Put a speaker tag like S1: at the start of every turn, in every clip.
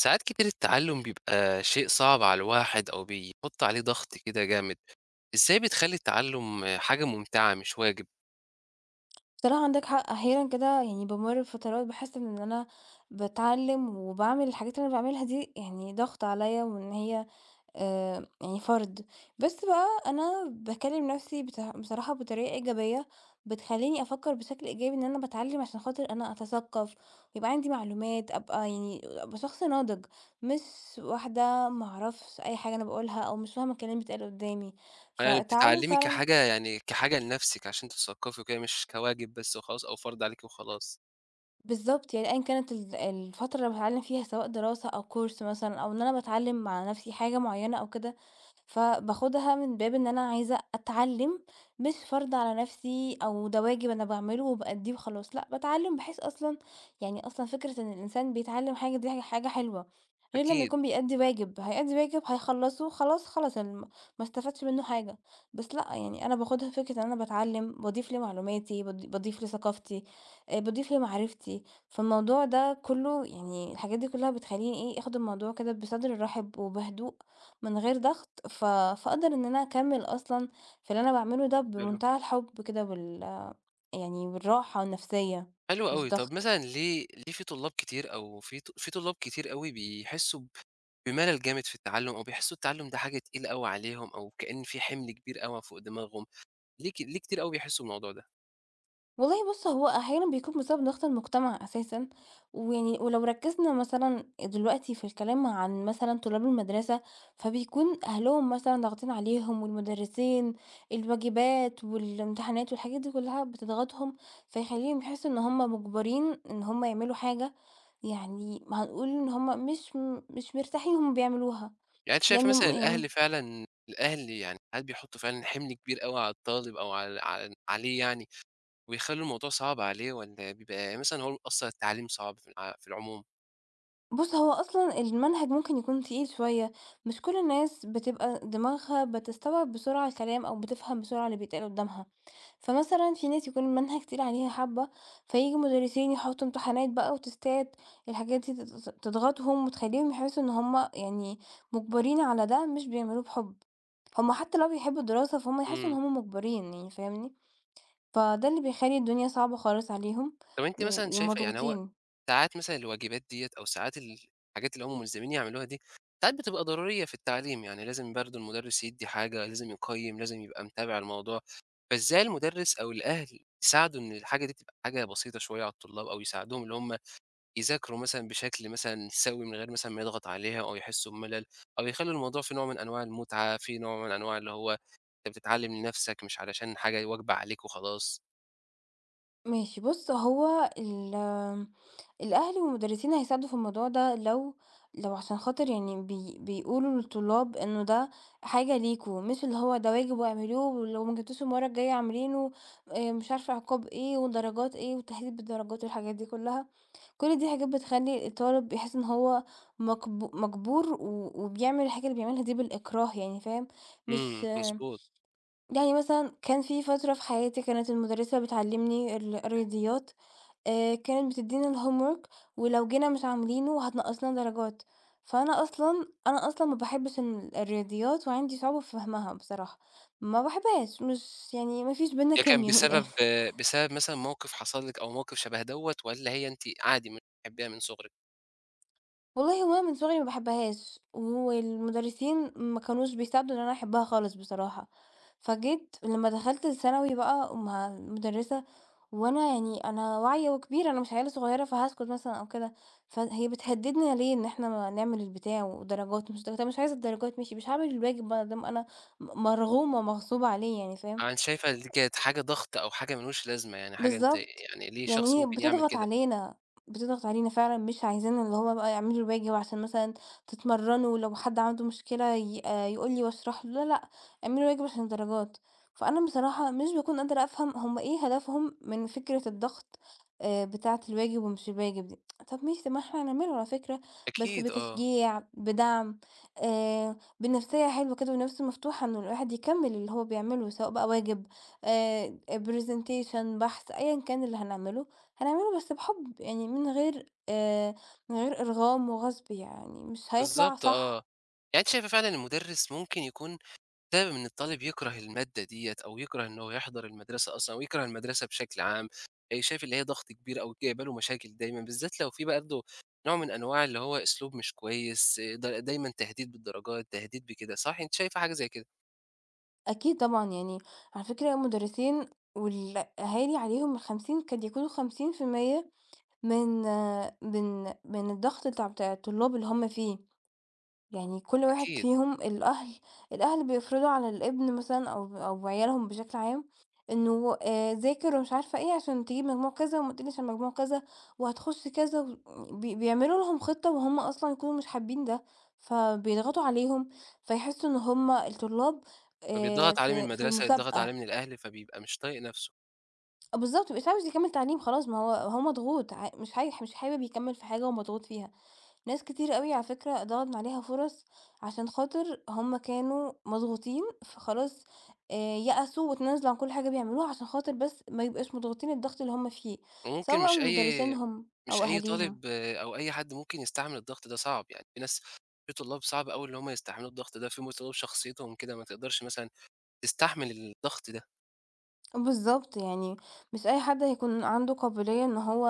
S1: ساعات كتير التعلم بيبقى شيء صعب على الواحد أو بيحط عليه ضغط كده جامد، إزاي بتخلّي التعلم حاجة ممتعة مش واجب؟
S2: بصراحة عندك حق أحيانا كده يعني بامُر بفترات باحس إن أنا باتعلّم وباعمل الحاجات اللي أنا باعملها دي يعني ضغط عليّا وإن هي يعني فرض، بس بقى أنا باكلّم نَفْسي بصراحة بطريقة إيجابية بتخلّيني أفكّر بشكل إيجابي إن أنا باتعلّم عشان خاطر أنا أتثقّف، ويبقى عندي معلومات، أبقى شخص ناضج، مش واحدة ما أعرفش أي حاجة أنا باقولها أو مش فاهمة الكلام اللي بيتقال قُدّامي،
S1: يعني
S2: فالتعلُّم
S1: بتتعلمي كحاجة
S2: فعلًا.
S1: كحاجة لنفسِك عشان تتثقفي وكده مش كواجب بس وخلاص أو فرض عليكِ وخلاص،
S2: بالضبط، يعني أيًا كانت الفترة اللي باتعلّم فيها سواء دراسة أو كورس مثلًا أو إن أنا باتعلّم مع نَفْسي حاجة معيّنة أو كده، فباخُدها من باب إن أنا عايزة أتعلّم مش فرض على نَفْسي أو ده واجب أنا باعمله وبأدّيه وخلاص، لأ باتعلّم بحيث أصلًا يعني أصلًا فكرة إن الإنسان بيتعلّم حاجة دي حاجة حلوة، غير لمّا
S1: أكيد.
S2: يكون بيأدّي واجب، هيأدّي واجب هيخلّصه خلاص، خلص ما استفادش منّه حاجة، بس لأ، يعني أنا باخُدها فكرة إن أنا باتعلّم، باضيف لمعلوماتي، باضيف لثقافتي، باضيف لمعرفتي، فالموضوع ده كله يعني الحاجات دي كلها بتخلّيني إيه، آخد الموضوع كده بصدر رحب وبهدوء من غير ضغط، فاقدر إن أنا أكمّل أصلًا في اللي أنا باعمله ده
S1: حلو،
S2: بمنتهى الحب كده يعني والراحة النفسية،
S1: حلو
S2: مش
S1: أوي. طب
S2: ضغط.
S1: مثلًا ليه في طلاب كتير أو في طلاب كتير أوي بيحسوا ب بملل جامد في التعلم أو بيحسوا التعلم ده حاجة تقيلة أوي عليهم أو كأن في حمل كبير أوي فوق دماغهم، ليه كتير أوي بيحسوا بالموضوع ده؟
S2: والله بُص، هو أحيانًا بيكون بسبب ضغط المجتمع أساسًا، ويعني ولو ركّزنا مثلًا دلوقتي في الكلام عن مثلًا طلاب المدرسة، فبيكون أهلهم مثلًا ضاغطين عليهم والمدرسين، الواجبات والامتحانات والحاجات دي كلّها بتضغطهم، فيخلّيهم يحسّوا إن هم مُجبرين إن هم يعملوا حاجة يعني هنقول إن هم مش مرتاحين وهم بيعملوها،
S1: يعني أنتِ شايفة
S2: لإنه
S1: مثلًا
S2: م
S1: الأهل
S2: يعني
S1: فعلًا الأهل يعني ساعات بيحطّوا فعلًا حِمل كبير أوي على الطالب أو على عليه يعني، ويخلّوا الموضوع صعب عليه والّا بيبقى يعني مثلًا هو أصلًا التعليم صعب في العموم؟
S2: بُص، هو أصلًا المنهج ممكن يكون تقيل شوية، مش كل الناس بتبقى دماغها بتستوعب بسرعة الكلام أو بتفهم بسرعة اللي بيتقال قدامها، فمثلًا في ناس يكون المنهج تقيل عليها حبة، فييجوا مدرسين يحطوا امتحانات بقى وتيستات، الحاجات دي تضغطهم وتخليهم يحسوا إن هُم يعني مُجبرين على ده، مش بيعملوه بحُب، هُم حتى لو بيحبوا الدراسة فهُم يحسوا إن
S1: إمم.
S2: هُم مُجبرين يعني، فاهمني؟ فده اللي بيخلّي الدنيا صعبة خالص عليهم
S1: طَب أنتِ مثلًا
S2: و
S1: شايفة يعني هو
S2: ومضغوطين.
S1: ساعات مثلًا الواجبات ديّة أو ساعات ال الحاجات اللي هم ملزمين يعملوها دي، ساعات بتبقى ضرورية في التعليم، يعني لازم برضه المُدرّس يدّي حاجة، لازم يقيّم، لازم يبقى متابع الموضوع، فإزاي المُدرّس أو الأهل يساعدوا إن الحاجة دي تبقى حاجة بسيطة شوية على الطلاب أو يساعدوهم اللي هم يذاكروا مثلًا بشكل مثلًا سَوِي من غير مثلًا ما يضغط عليها أو يحسّوا بملل، أو يخلّوا الموضوع فيه نوع من أنواع المتعة، فيه نوع من أنواع اللي هو أنت بتتعلّم لنَفْسك مش علشان حاجة واجبة عليك وخلاص.
S2: ماشي بُص هو الأهل والمدرسين هيساعدوا في الموضوع ده لو عشان خاطر يعني بيقولوا للطلاب إنه ده حاجة ليكم، مش اللي هو ده واجب واعملوه ولو ما جبتوش المرة الجاية اعملينه مش عارفة عقاب إيه ودرجات إيه وتحديد بالدرجات والحاجات دي كلّها، كل دي حاجات بتخلّي الطالب يحس إن هو مجبور و وبيعمل الحاجة اللي بيعملها دي بالإكراه يعني فاهم، مش
S1: إمم، مضبوط.
S2: يعني مثلًا كان في فترة في حياتي كانت المدرسة بتعلمني الرياضيات كانت بتدّينا الhomework ولو جينا مش عاملينه هتنقّصنا درجات، فأنا أصلًا ما باحبش الرياضيات وعندي صعوبة في فهمها بصراحة، ما باحبهاش مش يعني ما فيش بيننا
S1: ده كان
S2: كيميا من
S1: بسبب
S2: الآخر.
S1: مثلًا موقِف حصل لِك أو موقِف شَبه دوّة والّا هي أنتِ عادي بتحبّيها من صُغرِك؟
S2: والله هو أنا من صغري ما باحبهاش، والمدرسين ما كانوش بيساعدوا إن أنا أحبها خالص بصراحة، فجيت لمّا دخلت الثانوي بقى مع المدرسة وأنا يعني أنا واعية وكبيرة، أنا مش عيّلة صغيرة فهاسكت مثلًا أو كده، فهي بتهددنا ليه إن إحنا ما نعمل البتاع ودرجات ومش درجات، أنا مش عايزة الدرجات ماشي، مش هاعمل الواجب ما دام أنا مرغومة ومغصوبة عليه يعني فاهم؟
S1: آه، أنتِ شايفة دي كانت حاجة ضغط أو حاجة ما لهوش لازمة، يعني حاجة أنت
S2: بالضبط،
S1: يعني ليه شخص
S2: يعني هي
S1: ممكن يعمل
S2: بتضغط
S1: كده؟
S2: علينا، بتضغط علينا فعلًا مش عايزانا اللي هو بقى اعملوا الواجب عشان مثلًا تتمرّنوا، لو حد عنده مشكلة ي يقول لي واشرح له، لا، لأ، اعملوا الواجب عشان الدرجات. فأنا بصراحة مش باكون قادرة أفهم هم إيه هدفهم من فكرة الضغط بتاعة الواجب ومش الواجب دي. طَب ماشي، طَب ما إحنا هنعمله على فكرة، بس
S1: أكيد آه.
S2: بتشجيع، بدعم، بنفسيّة حلوة كده ونَفْس مفتوحة إنه الواحد يكمّل اللي هو بيعمله، سواء بقى واجب آآ presentation بحث أيًا كان اللي هنعمله، هنعمله بس بحُب، يعني من غير إرغام وغصب يعني، مش هيطلع
S1: بالضبط آه.
S2: صح
S1: يعني أنتِ شايفة فعلًا المُدرِّس ممكن يكون بسبب إن الطالب يكره المادة ديّة أو يكره إن هو يحضر المدرسة أصلًا أو يكره المدرسة بشكل عام، شايف اللي هي ضغط كبير أو جايبة له مشاكل دايمًا، بالذات لو في برضه نوع من أنواع اللي هو أسلوب مش كويس، دايمًا تهديد بالدرجات، تهديد بكده، صح أنتِ شايفة حاجة زي كده؟
S2: أكيد طبعًا يعني على فكرة المدرسين والأهالي عليهم ال50 قد يكونوا 50% من آه، من من الضغط بتاع الطلاب اللي هُم فيه. يعني كل واحد
S1: أكيد.
S2: فيهم الأهل بيفرضوا على الابن مثلًا أو عيالهم بشكل عام إنه ذاكر ومش عارفة إيه عشان تجيب مجموع كذا وما تقلش عن مجموع كذا وهتخش كذا و بي بيعملوا لهم خطة وهُم أصلًا يكونوا مش حابين ده، فبيضغطوا عليهم فيحسوا إن هُم الطلاب
S1: فبيتضغط عليه من
S2: في
S1: المدرسة، يتضغط عليه
S2: مسابقة
S1: من الأهل، فبيبقى مش طايق نَفْسه،
S2: آه بالضبط، ما بقاش عاوز يكمّل تعليم خلاص ما هو مضغوط ع مش هايح مش حابب يكمّل في حاجة ومضغوط فيها. ناس كتير أوي على فكرة ضاعت عليها فرص عشان خاطر هم كانوا مضغوطين فخلاص آه، يأسوا وتنازلوا عن كل حاجة بيعملوها عشان خاطر بس ما يبقاش مضغوطين الضغط اللي هم فيه
S1: وممكن
S2: سواء مدرسينهم
S1: مش
S2: أو
S1: أي
S2: أهاليهم
S1: طالب آه، أو أي حد ممكن يستحمل الضغط ده، صعب يعني في ناس في طلاب صعب أوي اللي هم يستحملوا الضغط ده، في طلاب شخصيتهم كده ما تقدرش مثلًا تستحمل الضغط ده.
S2: بالضبط، يعني مش أي حد هيكون عنده قابلية إن هو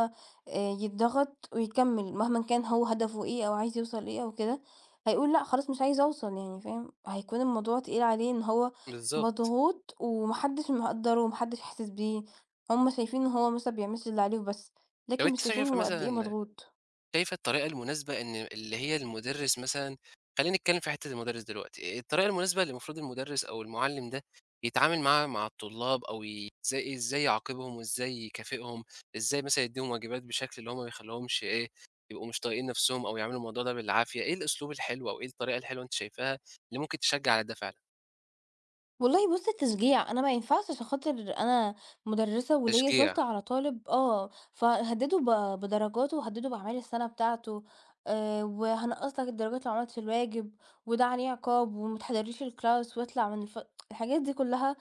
S2: يتضغط ويكمّل مهمًا كان هو هدفه إيه أو عايز يوصل إيه أو كده، هيقول لأ خلاص مش عايز أوصل يعني فاهم، هيكون الموضوع تقيل عليه إن هو
S1: بالضبط.
S2: مضغوط وما حدش مقدّره وما حدش حاسس بيه، هُم شايفين إن هو مثلًا بيعملش اللي عليه وبس،
S1: طب
S2: لكن
S1: أنتِ
S2: مش شايفين
S1: شايفة
S2: هو قد إيه
S1: مثلًا
S2: مضغوط.
S1: شايفة الطريقة المناسبة إن اللي هي المُدرِّس مثلًا خلّينا نتكلّم في حتّة المُدرِّس دلوقتي، الطريقة المناسبة اللي المفروض المُدرِّس أو المُعلِّم ده يتعامل معاها مع الطلاب أو إزاي يعاقبهم وإزاي يكافئهم، إزاي مثلًا يدّيهم واجبات بشكل اللي هو ما يخلّيهمش إيه، يبقوا مش طايقين نَفْسهم أو يعملوا الموضوع ده بالعافية، إيه الأسلوب الحلو أو إيه الطريقة الحلوة أنتِ شايفاها اللي ممكن تشجّع على ده فعلًا؟
S2: والله بُص التشجيع، أنا ما ينفعش عشان خاطر أنا مُدرِّسة وليّا
S1: تشجيع.
S2: سُلطة على طالب آه، فهاهدده ب بدرجاته وهاهدده بأعمال السَنة بتاعته، وهانقّص لك الدرجات لو ما عملتش الواجب، وده عليه عقاب وما تحضرليش الclass واطلع من الحاجات دي كلّها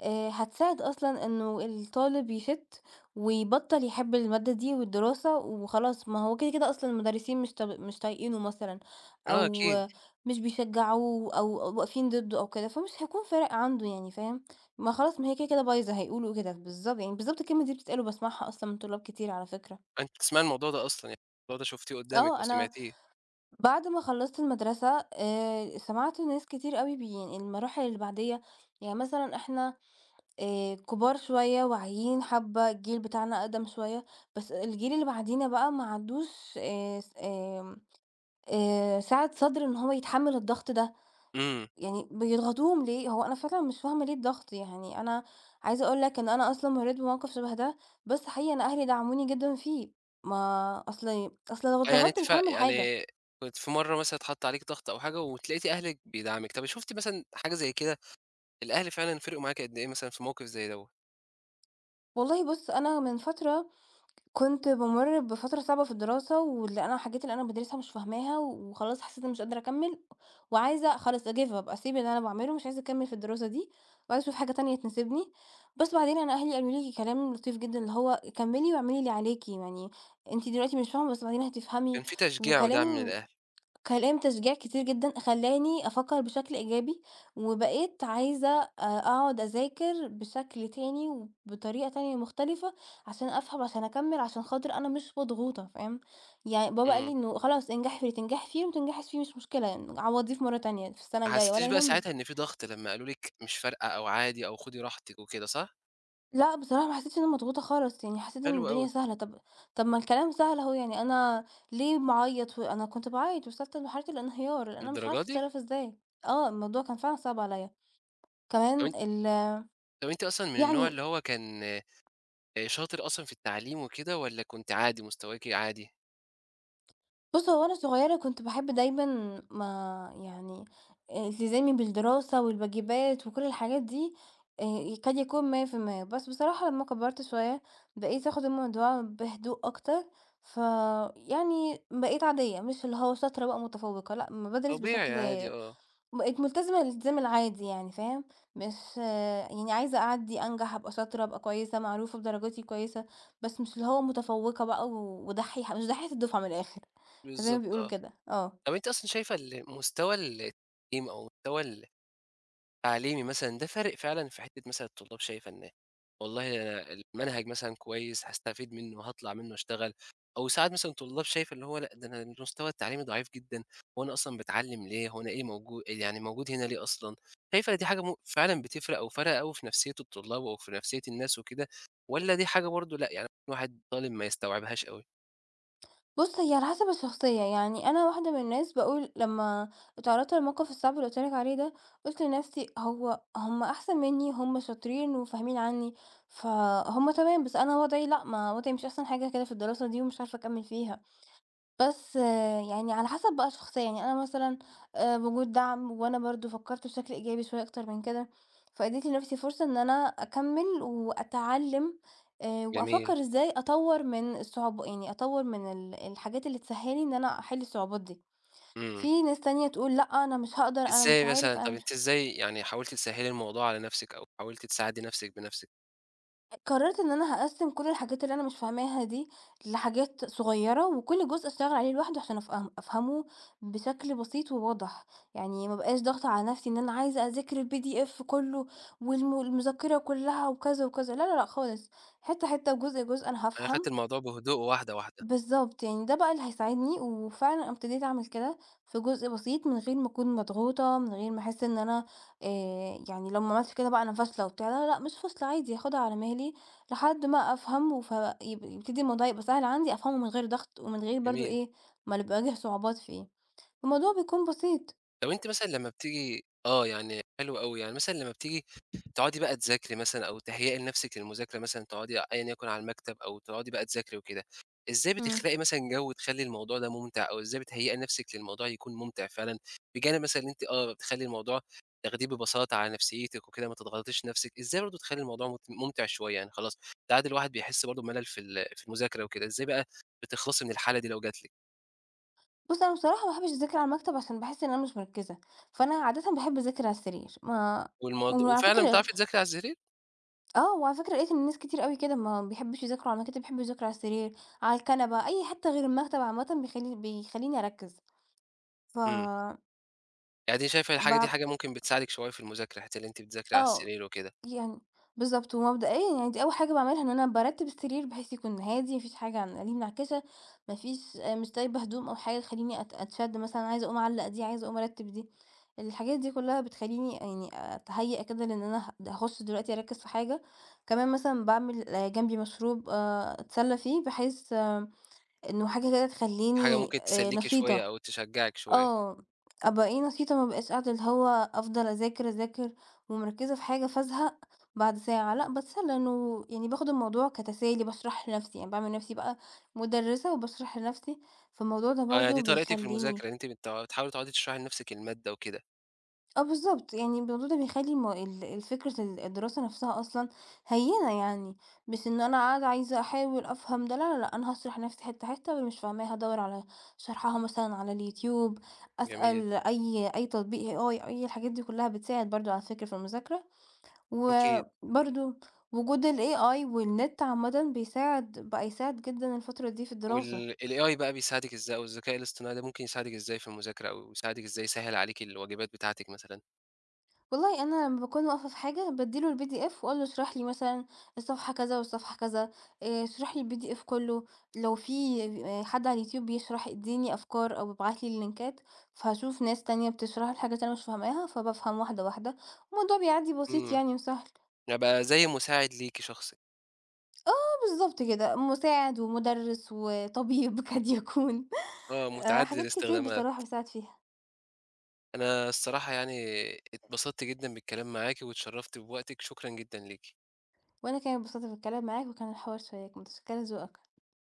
S2: هتساعد أصلًا إنه الطالب يشِت ويبطّل يحب المادة دي والدراسة وخلاص، ما هو كده، كده أصلًا المُدرِّسين مش طايقينه مثلًا
S1: آه
S2: أو
S1: أكيد.
S2: مش بيشجعوه أو واقفين ضده أو كده، فمش هيكون فارق عنده يعني فاهم، ما خلاص ما هي كده، كده بايظة هيقولوا كده بالضبط يعني بالضبط الكلمة دي بتتقال وباسمعها أصلًا من طلاب كتير على فكرة.
S1: أنتِ بتسمعي الموضوع ده أصلًا، يعني الموضوع ده شُفتيه قُدّامِك أو
S2: آه، أنا
S1: سمعتيه.
S2: بعد ما خلّصت المدرسة سمعت ناس كتير أوي يعني المراحل اللي بعديّة، يعني مثلًا إحنا كبار شوية واعيين حبّة، الجيل بتاعنا أقدم شوية، بس الجيل اللي بعدينا بقى ما عندوش س آمم، سعة صدر إن هو يتحمّل الضغط ده،
S1: إمم.
S2: يعني بيضغطوهم ليه؟ هو أنا فعلًا مش فاهمة ليه الضغط يعني، أنا عايزة أقول لك إن أنا أصلًا مرّيت بموقف شبه ده، بس حقيقي أنا أهلي دعموني جدًا فيه، ما أصل لو
S1: آه، يعني أنتِ
S2: اتضغطت مش
S1: ف
S2: هاعمل حاجة،
S1: يعني كنت في مرّة مثلًا اتحط عليكِ ضغط أو حاجة وتلاقيتِ أهلِك بيدعمِك، طَب شُفتِ مثلًا حاجة زي كده، الأهل فعلًا فرقوا معاكِ قد إيه مثلًا في موقف زي دوّة؟
S2: والله بُص أنا من فترة كنت بامُر بفترة صعبة في الدراسة، واللي أنا الحاجات اللي أنا بادرسها مش فاهماها، وخلاص حسيت إني مش قادرة أكمّل، وعايزة خلاص give up أسيب اللي أنا باعمله، مش عايزة أكمّل في الدراسة دي، وعايزة أشوف حاجة تانية تناسبني، بس بعدين أنا أهلي قالوا لي كلام لطيف جدًا، اللي هو كمّلي واعملي اللي عليكِ، يعني أنتِ دلوقتي مش فاهمة بس بعدين
S1: كان
S2: هتفهمي،
S1: في تشجيع ودعم من
S2: وكلام
S1: الأهل.
S2: كلام تشجيع كتير جدًا خلّاني أفكّر بشكل إيجابي، وبقيت عايزة أقعد أذاكر بشكل تاني وبطريقة تانية مختلفة عشان أفهم، عشان أكمّل، عشان خاطر أنا مش مضغوطة فاهم؟ يعني بابا قال لي
S1: إمم،
S2: إنه خلاص انجحي في اللي تنجحي فيه وما تنجحيش فيه مش مشكلة يعني عوّضيه في مرّة تانية في السنة
S1: ما
S2: الجاية
S1: حسيتيش
S2: ولا
S1: بقى ساعتها
S2: يهمِك.
S1: إن في ضغط لمّا قالوا لِك مش فارقة أو عادي أو خدي راحتِك وكده صح؟
S2: لأ بصراحة ما حسيتش إن أنا مضغوطة خالص، يعني حسيت إن
S1: حلو أوي.
S2: الدنيا سهلة. طب ما الكلام سهل أهو، يعني أنا ليه باعيّط؟ وأنا كنت باعيّط وصلت لمرحلة الانهيار، لإن أنا مش
S1: للدرجة
S2: عارفة
S1: دي!
S2: أتصرّف إزاي. آه، الموضوع كان فعلًا صعب عليَّ. كمان
S1: طَب أنتِ طَب أنتِ أصلًا من النوع
S2: يعني
S1: اللي هو كان شاطر أصلًا في التعليم وكده والّا كنتِ عادي مستواكِ عادي؟
S2: بُص، هو وأنا صغيرة كنت باحب دايمًا ما يعني التزامي بالدراسة والواجبات وكل الحاجات دي كاد يكون 100%، بس بصراحة لمّا كبرت شوية بقيت آخد الموضوع بهدوء أكتر، فيعني بقيت عادية، مش اللي هو شاطرة بقى متفوقة، لأ، بادرس
S1: طبيعي
S2: بشكل
S1: عادي آه.
S2: بقيت ملتزمة الالتزام العادي يعني فاهم، مش يعني عايزة أعدّي، أنجح، أبقى شاطرة، أبقى كويسة، معروفة بدرجاتي كويسة، بس مش اللي هو متفوّقة بقى و ودحّيحة، مش دحّيحة الدفعة من الآخر، زي ما
S1: بالضبط
S2: بيقولوا
S1: آه.
S2: كده، آه.
S1: طَب أنتِ أصلًا شايفة مستوى التعليم أو مستوى ال تعليمي مثلًا ده فارق فعلًا في حتّة مثلًا الطلاب شايفة إن والله أنا المنهج مثلًا كويس هاستفيد منّه، هاطلع منّه أشتغل، أو ساعات مثلًا طلاب شايفة اللي هو لأ، ده أنا المستوى التعليمي ضعيف جدًا، هو أنا أصلًا باتعلّم ليه، هو أنا إيه موجود هنا ليه أصلًا؟ شايفة دي حاجة فعلًا بتفرق أو فارقة أوي في نفسية الطلاب أو في نفسية الناس وكده، والّا دي حاجة برضه لأ، يعني الواحد طالب ما يستوعبهاش أوي؟
S2: بُص هي على حسب الشخصية، يعني أنا واحدة من الناس باقول لمّا اتعرّضت للموقف الصعب اللي قُلت لك عليه ده، قُلت لنفسي هو هم أحسن منّي، هم شاطرين وفاهمين عنّي، فهُم تمام، بس أنا وضعي لأ، ما وضعي مش أحسن حاجة كده في الدراسة دي ومش عارفة أكمّل فيها. بس آه، يعني على حسب بقى الشخصية، يعني أنا مثلًا بوجود دعم وأنا برضه فكّرت بشكل إيجابي شوية أكتر من كده، فأديت لنفْسي فرصة إن أنا أكمّل وأتعلّم
S1: جميل.
S2: وأفكّر إزاي أطوّر من يعني أطوّر من الحاجات اللي تسهّل لي إن أنا أحِل الصعوبات دي.
S1: إمم.
S2: في ناس تانية تقول لأ، أنا مش هاقدر، أنا مش
S1: إزاي مثلًا
S2: عارف،
S1: طَب
S2: أنا مش
S1: أنتِ إزاي يعني حاولتِ تسهّلي الموضوع على نفسِك أو حاولتِ تساعدي نفسِك بنفسِك؟
S2: قررت إن أنا هاقسّم كل الحاجات اللي أنا مش فاهماها دي لحاجات صغيرة، وكل جزء أشتغل عليه لوحده عشان أفهمه بشكل بسيط وواضح، يعني ما ابقاش ضاغطة على نفسي إن أنا عايزة أذاكر الPDF كله المذكرة كلها وكذا وكذا، لا لا لأ خالص، حتّة حتّة وجزء جزء أنا
S1: أنا أخدت
S2: هافهم
S1: الموضوع بهدوء واحدة، واحدة.
S2: بالضبط، يعني ده بقى اللي هيساعدني، وفعلًا ابتديت أعمل كده في جزء بسيط من غير ما أكون مضغوطة، من غير ما أحس إن أنا يعني لو ما عملتش كده بقى أنا فاشلة وبتاع، لا، لأ، مش فاشلة عادي هاخدها على مهلي لحد ما أفهم وف يب يبتدي الموضوع يبقى سهل عندي، أفهمه من غير ضغط ومن غير برضه
S1: جميل.
S2: إيه، ما أنا باواجه صعوبات فيه، الموضوع بيكون بسيط.
S1: طب أنتِ مثلًا لمّا بتيجي آه، يعني حلو أوي، يعني مثلًا لمّا بتيجي تقعدي بقى تذاكري مثلًا أو تهيئي لنفسِك للمذاكرة مثلًا تقعدي أيًا يكن على المكتب أو تقعدي بقى تذاكري وكده، إزاي
S2: إمم.
S1: بتخلقي مثلًا جو تخلّي الموضوع ده ممتع أو إزاي بتهيئي نفسِك للموضوع يكون ممتع فعلًا، بجانب مثلًا إن أنتِ آه، بتخلّي الموضوع تاخديه ببساطة على نفسيتِك وكده ما تضغطيش نفسِك، إزاي برضه تخلّي الموضوع ممتع شوية يعني خلاص، ساعات الواحد بيحس برضه بملل في المذاكرة وكده، إزاي بقى بتخلصي من الحالة دي لو جات لِك؟
S2: بُص، أنا بصراحة ما باحبش أذاكر على المكتب عشان باحس إن أنا مش مركزة، فأنا عادةً باحب أذاكر على السرير، ما
S1: والموض
S2: وعلى
S1: وفعلًا
S2: فكرة
S1: بتعرفي تذاكري على السرير؟
S2: آه، وعلى فكرة لقيت إن الناس كتير أوي كده ما بيحبوش يذاكروا على المكاتب، بيحبوا يذاكروا على السرير، على الكنبة، أي حتة غير المكتب عامةً بيخلّيني أركّز. ف
S1: إمم، يعني أنتِ شايفة الحاجة دي
S2: ب
S1: حاجة ممكن بتساعدِك شوية في المذاكرة، حتّة اللي أنتِ بتذاكري على
S2: آه.
S1: السرير وكده،
S2: يعني بالضبط، ومبدئيًا يعني دي أول حاجة باعملها إن أنا بارتّب السرير بحيث يكون هادي، ما فيش حاجة عن ليه منعكشة، ما فيش مش سايبة هدوم أو حاجة تخلّيني أتشد مثلًا عايزة أقوم أعلّق دي، عايزة أقوم أرتّب دي، الحاجات دي كلّها بتخلّيني يعني أتهيأ كده لإن أنا هاخش دلوقتي أركّز في حاجة، كمان مثلًا باعمل جنبي مشروب أتسلّى فيه بحيث إنه حاجة كده
S1: حاجة
S2: تخلّيني
S1: ممكن تسليكِ شوية
S2: نشيطة.
S1: أو تشجعِك شوية.
S2: آه، أبقى إيه نشيطة ما أبقاش قاعدة اللي هو أفضل أذاكر، ومركّزة في حاجة فازهق بعد ساعة، لأ باتسلى إنه يعني باخد الموضوع كتسالي، باشرح لنفسي، يعني باعمل نفسي بقى مُدرِّسة وباشرح لنفسي، فالموضوع ده
S1: آه، يعني
S2: برضه
S1: دي طريقتِك في
S2: بيخلّيني
S1: المذاكرة إن أنتِ بتحاولي تقعدي تشرحي لنفسِك المادة وكده.
S2: آه بالضبط، يعني الموضوع ده بيخلّي م ال الفكرة ال الدراسة نفْسها أصلًا هيّنة يعني، مش إن أنا قاعدة عايزة أحاول أفهم ده، لا، لا، لأ، أنا هاشرح لنفْسي حتّة، حتّة واللي مش فاهماها هادوّر على شرحها مثلًا على اليوتيوب،
S1: جميل.
S2: أسأل أي تطبيق AI أي اي الحاجات دي كلّها بتساعد برضه على فكرة في المذاكرة،
S1: أكيد.
S2: وبرضه وجود الAI والنت عامةً بيساعد بقى يساعد جدًا الفترة دي في
S1: وال
S2: الدراسة.
S1: الAI بقى بيساعدِك إزاي أو الذكاء الاصطناعي ده ممكن يساعدِك إزاي في المذاكرة أو يساعدِك إزاي يسهّل عليكِ الواجبات بتاعتِك مثلًا؟
S2: والله أنا لمّا باكون واقفة في حاجة بادّي له الPDF وأقول له اشرح لي مثلًا الصفحة كذا والصفحة كذا، اشرح لي الPDF كلّه، لو في حد على اليوتيوب بيشرح ادّيني أفكار أو ابعت لي اللينكات، فهاشوف ناس تانية بتشرح الحاجات اللي أنا مش فاهماها، فبافهم واحدة، واحدة، الموضوع بيعدّي بسيط
S1: إمم،
S2: يعني وسهل.
S1: يبقى زي مساعد ليكِ شخصي.
S2: آه بالضبط كده، مساعد ومُدرِّس وطبيب قد يكون،
S1: آه، متعدد
S2: حاجات كتير
S1: الاستخدامات.
S2: بصراحة باساعد فيها،
S1: أنا الصراحة يعني اتبسطت جدًا بالكلام معاكِ، واتشرّفت بوقتِك، شكرًا جدًا ليكِ.
S2: وأنا كمان اتبسطت بالكلام معاك وكان الحوار شيّق، متشكرة لذوقك.